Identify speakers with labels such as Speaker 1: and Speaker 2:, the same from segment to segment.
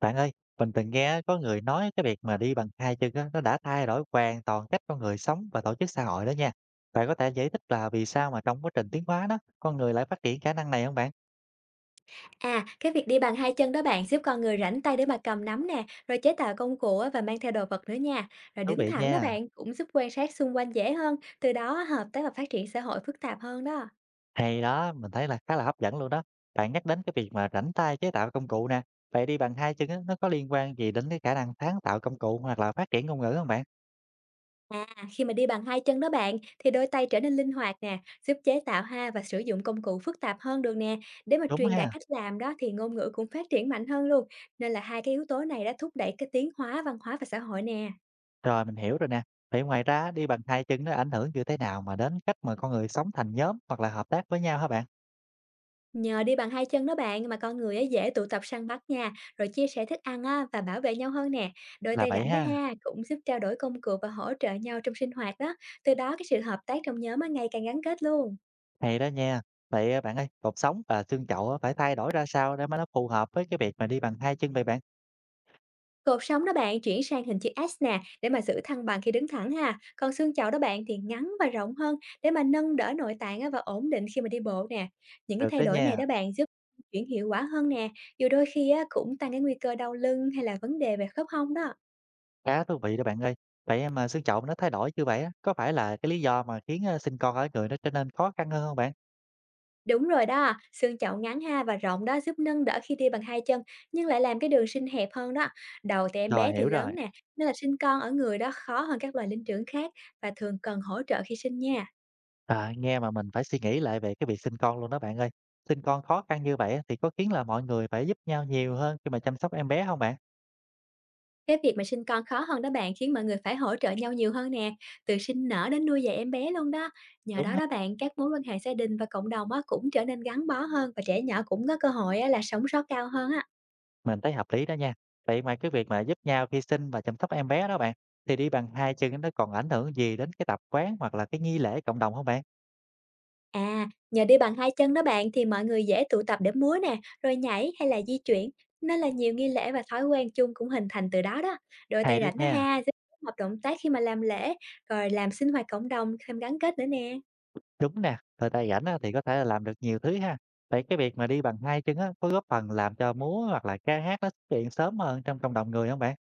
Speaker 1: Bạn ơi, mình từng nghe có người nói cái việc mà đi bằng hai chân á, nó đã thay đổi hoàn toàn cách con người sống và tổ chức xã hội đó nha. Bạn có thể giải thích là vì sao mà trong quá trình tiến hóa đó, con người lại phát triển khả năng này không bạn?
Speaker 2: À, cái việc đi bằng hai chân đó bạn giúp con người rảnh tay để mà cầm nắm nè, rồi chế tạo công cụ á và mang theo đồ vật nữa nha. Rồi
Speaker 1: Thú
Speaker 2: đứng
Speaker 1: vị
Speaker 2: thẳng đó
Speaker 1: nha.
Speaker 2: bạn cũng giúp quan sát xung quanh dễ hơn, từ đó á, hợp tác và phát triển xã hội phức tạp hơn đó.
Speaker 1: Hay đó, mình thấy là khá là hấp dẫn luôn đó. Bạn nhắc đến cái việc mà rảnh tay chế tạo công cụ nè. Vậy đi bằng hai chân á, nó có liên quan gì đến cái khả năng sáng tạo công cụ hoặc là phát triển ngôn ngữ không bạn?
Speaker 2: À, khi mà đi bằng hai chân đó bạn thì đôi tay trở nên linh hoạt nè, giúp chế tạo ha và sử dụng công cụ phức tạp hơn được nè. Để mà
Speaker 1: Đúng
Speaker 2: truyền đạt
Speaker 1: ha.
Speaker 2: cách làm đó thì ngôn ngữ cũng phát triển mạnh hơn luôn. Nên là hai cái yếu tố này đã thúc đẩy cái tiến hóa văn hóa và xã hội nè.
Speaker 1: Rồi mình hiểu rồi nè. Vậy ngoài ra đi bằng hai chân nó ảnh hưởng như thế nào mà đến cách mà con người sống thành nhóm hoặc là hợp tác với nhau hả bạn?
Speaker 2: Nhờ đi bằng hai chân đó bạn mà con người á dễ tụ tập săn bắt nha, rồi chia sẻ thức ăn á và bảo vệ nhau hơn nè. Đôi
Speaker 1: Là
Speaker 2: tay
Speaker 1: vậy
Speaker 2: rảnh đó
Speaker 1: ha.
Speaker 2: ha, cũng giúp trao đổi công cụ và hỗ trợ nhau trong sinh hoạt đó. Từ đó cái sự hợp tác trong nhóm á ngày càng gắn kết luôn.
Speaker 1: Hay đó nha. Vậy, bạn ơi, cột sống và xương chậu á, phải thay đổi ra sao để mà nó phù hợp với cái việc mà đi bằng hai chân vậy bạn?
Speaker 2: Cột sống đó bạn chuyển sang hình chữ S nè để mà giữ thăng bằng khi đứng thẳng ha. Còn xương chậu đó bạn thì ngắn và rộng hơn để mà nâng đỡ nội tạng á và ổn định khi mà đi bộ nè. Những cái
Speaker 1: Được
Speaker 2: thay
Speaker 1: đó
Speaker 2: đổi này
Speaker 1: nha,
Speaker 2: đó bạn giúp chuyển hiệu quả hơn nè, dù đôi khi á cũng tăng cái nguy cơ đau lưng hay là vấn đề về khớp hông đó.
Speaker 1: khá thú vị đó bạn ơi. Vậy mà xương chậu nó thay đổi như vậy á, có phải là cái lý do mà khiến, sinh con ở người nó trở nên khó khăn hơn không bạn?
Speaker 2: Đúng rồi đó, xương chậu ngắn ha và rộng đó giúp nâng đỡ khi đi bằng hai chân nhưng lại làm cái đường sinh hẹp hơn đó. Đầu thì em
Speaker 1: Rồi,
Speaker 2: bé thì
Speaker 1: hiểu rồi.
Speaker 2: lớn nè, nên là sinh con ở người đó khó hơn các loài linh trưởng khác và thường cần hỗ trợ khi sinh nha.
Speaker 1: Nghe mà mình phải suy nghĩ lại về cái việc sinh con luôn đó bạn ơi. Sinh con khó khăn như vậy á, thì có khiến là mọi người phải giúp nhau nhiều hơn khi mà chăm sóc em bé không bạn?
Speaker 2: Cái việc mà sinh con khó hơn đó bạn khiến mọi người phải hỗ trợ nhau nhiều hơn nè, từ sinh nở đến nuôi dạy em bé luôn đó. Nhờ
Speaker 1: Đúng.
Speaker 2: đó đó bạn, các mối quan hệ gia đình và cộng đồng á, cũng trở nên gắn bó hơn, và trẻ nhỏ cũng có cơ hội á, là sống sót cao hơn á.
Speaker 1: Mình thấy hợp lý đó nha. Vậy mà cái việc mà giúp nhau khi sinh và chăm sóc em bé đó bạn, thì đi bằng hai chân nó còn ảnh hưởng gì đến cái tập quán hoặc là cái nghi lễ cộng đồng không bạn?
Speaker 2: À, nhờ đi bằng hai chân đó bạn thì mọi người dễ tụ tập để múa nè, rồi nhảy hay là di chuyển, nên là nhiều nghi lễ và thói quen chung cũng hình thành từ đó đó. Đôi tay
Speaker 1: Hay đó
Speaker 2: rảnh đó
Speaker 1: nha,
Speaker 2: ha, giúp kết hợp động tác khi mà làm lễ, rồi làm sinh hoạt cộng đồng thêm gắn kết nữa nè.
Speaker 1: đúng nè, thời tay rảnh á, thì có thể là làm được nhiều thứ ha. Vậy cái việc mà đi bằng hai chân á, có góp phần làm cho múa hoặc là ca hát nó xuất hiện sớm hơn trong cộng đồng người không bạn?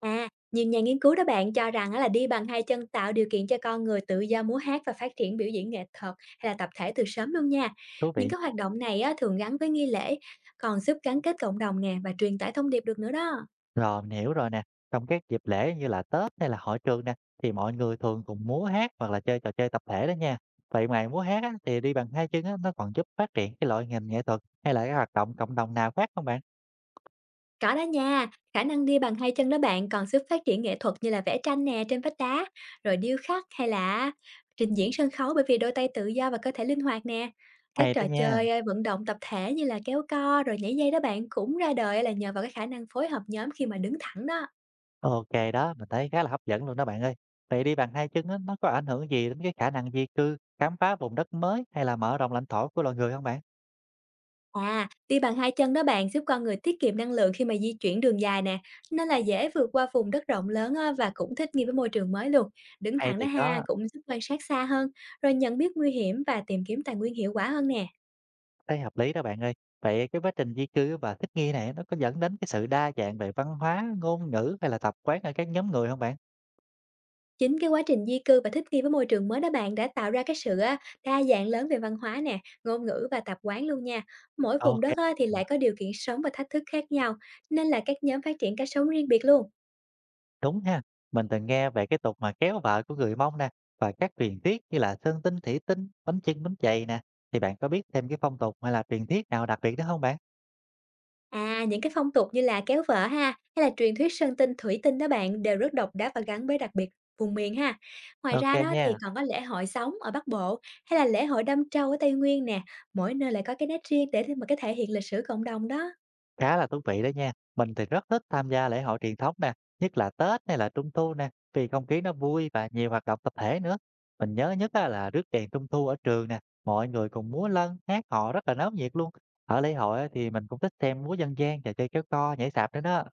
Speaker 2: À, nhiều nhà nghiên cứu đó bạn cho rằng á là đi bằng hai chân tạo điều kiện cho con người tự do múa hát và phát triển biểu diễn nghệ thuật hay là tập thể từ sớm luôn nha.
Speaker 1: Thú
Speaker 2: Những
Speaker 1: vị.
Speaker 2: cái hoạt động này á, thường gắn với nghi lễ, còn giúp gắn kết cộng đồng nè và truyền tải thông điệp được nữa đó.
Speaker 1: Rồi, mình hiểu rồi nè. Trong các dịp lễ như là Tết hay là hội trường nè, thì mọi người thường cùng múa hát hoặc là chơi trò chơi tập thể đó nha. Vậy ngoài múa hát á, thì đi bằng hai chân á, nó còn giúp phát triển cái loại hình nghệ thuật hay là cái hoạt động cộng đồng nào khác không bạn?
Speaker 2: Có đó nha, khả năng đi bằng hai chân đó bạn còn giúp phát triển nghệ thuật như là vẽ tranh nè trên vách đá, rồi điêu khắc hay là trình diễn sân khấu, bởi vì đôi tay tự do và cơ thể linh hoạt nè. Các
Speaker 1: Hay đó
Speaker 2: trò
Speaker 1: nha.
Speaker 2: chơi vận động tập thể như là kéo co rồi nhảy dây đó bạn cũng ra đời là nhờ vào cái khả năng phối hợp nhóm khi mà đứng thẳng đó.
Speaker 1: Ok đó, mình thấy khá là hấp dẫn luôn đó bạn ơi. Vậy đi bằng hai chân á, nó có ảnh hưởng gì đến cái khả năng di cư, khám phá vùng đất mới hay là mở rộng lãnh thổ của loài người không bạn?
Speaker 2: À, đi bằng hai chân đó bạn giúp con người tiết kiệm năng lượng khi mà di chuyển đường dài nè, nên là dễ vượt qua vùng đất rộng lớn á, và cũng thích nghi với môi trường mới luôn. Đứng
Speaker 1: Hay
Speaker 2: thẳng đó
Speaker 1: thiệt
Speaker 2: ha,
Speaker 1: đó.
Speaker 2: cũng giúp quan sát xa hơn, rồi nhận biết nguy hiểm và tìm kiếm tài nguyên hiệu quả hơn nè.
Speaker 1: Thấy hợp lý đó bạn ơi. Vậy cái quá trình di cư và thích nghi này nó có dẫn đến cái sự đa dạng về văn hóa, ngôn ngữ hay là tập quán ở các nhóm người không bạn?
Speaker 2: Chính cái quá trình di cư và thích nghi với môi trường mới đó bạn đã tạo ra cái sự á, đa dạng lớn về văn hóa nè, ngôn ngữ và tập quán luôn nha. Mỗi vùng
Speaker 1: OK,
Speaker 2: đất á, thì lại có điều kiện sống và thách thức khác nhau, nên là các nhóm phát triển cách sống riêng biệt luôn.
Speaker 1: đúng ha. Mình từng nghe về cái tục mà kéo vợ của người Mông nè, và các truyền thuyết như là sơn tinh, thủy tinh, bánh chưng, bánh chày nè. Thì bạn có biết thêm cái phong tục hay là truyền thuyết nào đặc biệt nữa không bạn?
Speaker 2: À, những cái phong tục như là kéo vợ ha, hay là truyền thuyết Sơn Tinh, Thủy Tinh đó bạn đều rất độc đáo và gắn với đặc biệt vùng miền ha. Ngoài
Speaker 1: OK
Speaker 2: ra đó thì
Speaker 1: nha.
Speaker 2: còn có lễ hội sóng ở Bắc Bộ hay là lễ hội đâm trâu ở Tây Nguyên nè, mỗi nơi lại có cái nét riêng để mà cái thể hiện lịch sử cộng đồng đó.
Speaker 1: Khá là thú vị đó nha. Mình thì rất thích tham gia lễ hội truyền thống nè, nhất là Tết hay là Trung thu nè, vì không khí nó vui và nhiều hoạt động tập thể nữa. Mình nhớ nhất á là rước đèn Trung thu ở trường nè, mọi người cùng múa lân, hát hò rất là náo nhiệt luôn. Ở lễ hội á thì mình cũng thích xem múa dân gian và chơi kéo co, nhảy sạp nữa đó.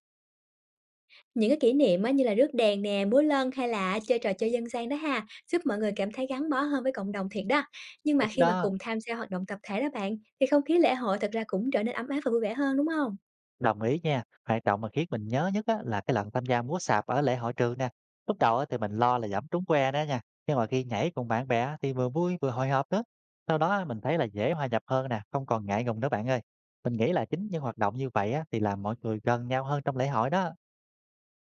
Speaker 2: Những cái kỷ niệm á, như là rước đèn nè, múa lân hay là chơi trò chơi dân gian đó ha, giúp mọi người cảm thấy gắn bó hơn với cộng đồng thiệt đó. Nhưng mà
Speaker 1: Đúng
Speaker 2: khi mà
Speaker 1: đó.
Speaker 2: cùng tham gia hoạt động tập thể đó bạn, thì không khí lễ hội thật ra cũng trở nên ấm áp và vui vẻ hơn đúng không?
Speaker 1: Đồng ý nha. Hoạt động mà khiến mình nhớ nhất á, là cái lần tham gia múa sạp ở lễ hội trường nè. Lúc đầu á, thì mình lo là giảm trúng que đó nha. Nhưng mà khi nhảy cùng bạn bè á, thì vừa vui vừa hồi hộp nữa. Sau đó á, mình thấy là dễ hòa nhập hơn nè, không còn ngại ngùng nữa bạn ơi. Mình nghĩ là chính những hoạt động như vậy á, thì làm mọi người gần nhau hơn trong lễ hội đó.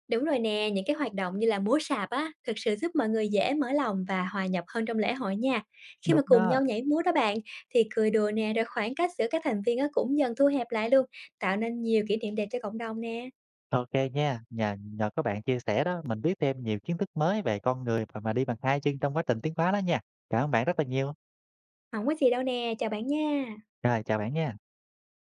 Speaker 2: Đúng rồi nè, những cái hoạt động như là múa sạp á, thực sự giúp mọi người dễ mở lòng và hòa nhập hơn trong lễ hội nha. Khi mà
Speaker 1: Đúng
Speaker 2: cùng
Speaker 1: đó.
Speaker 2: nhau nhảy múa đó bạn, thì cười đùa nè, rồi khoảng cách giữa các thành viên á cũng dần thu hẹp lại luôn, tạo nên nhiều kỷ niệm đẹp cho cộng đồng nè.
Speaker 1: Ok nha. Nhờ các bạn chia sẻ đó, mình biết thêm nhiều kiến thức mới về con người và mà đi bằng hai chân trong quá trình tiến hóa đó nha. Cảm ơn bạn rất là nhiều.
Speaker 2: Không có gì đâu nè, chào bạn nha.
Speaker 1: Rồi, chào bạn nha.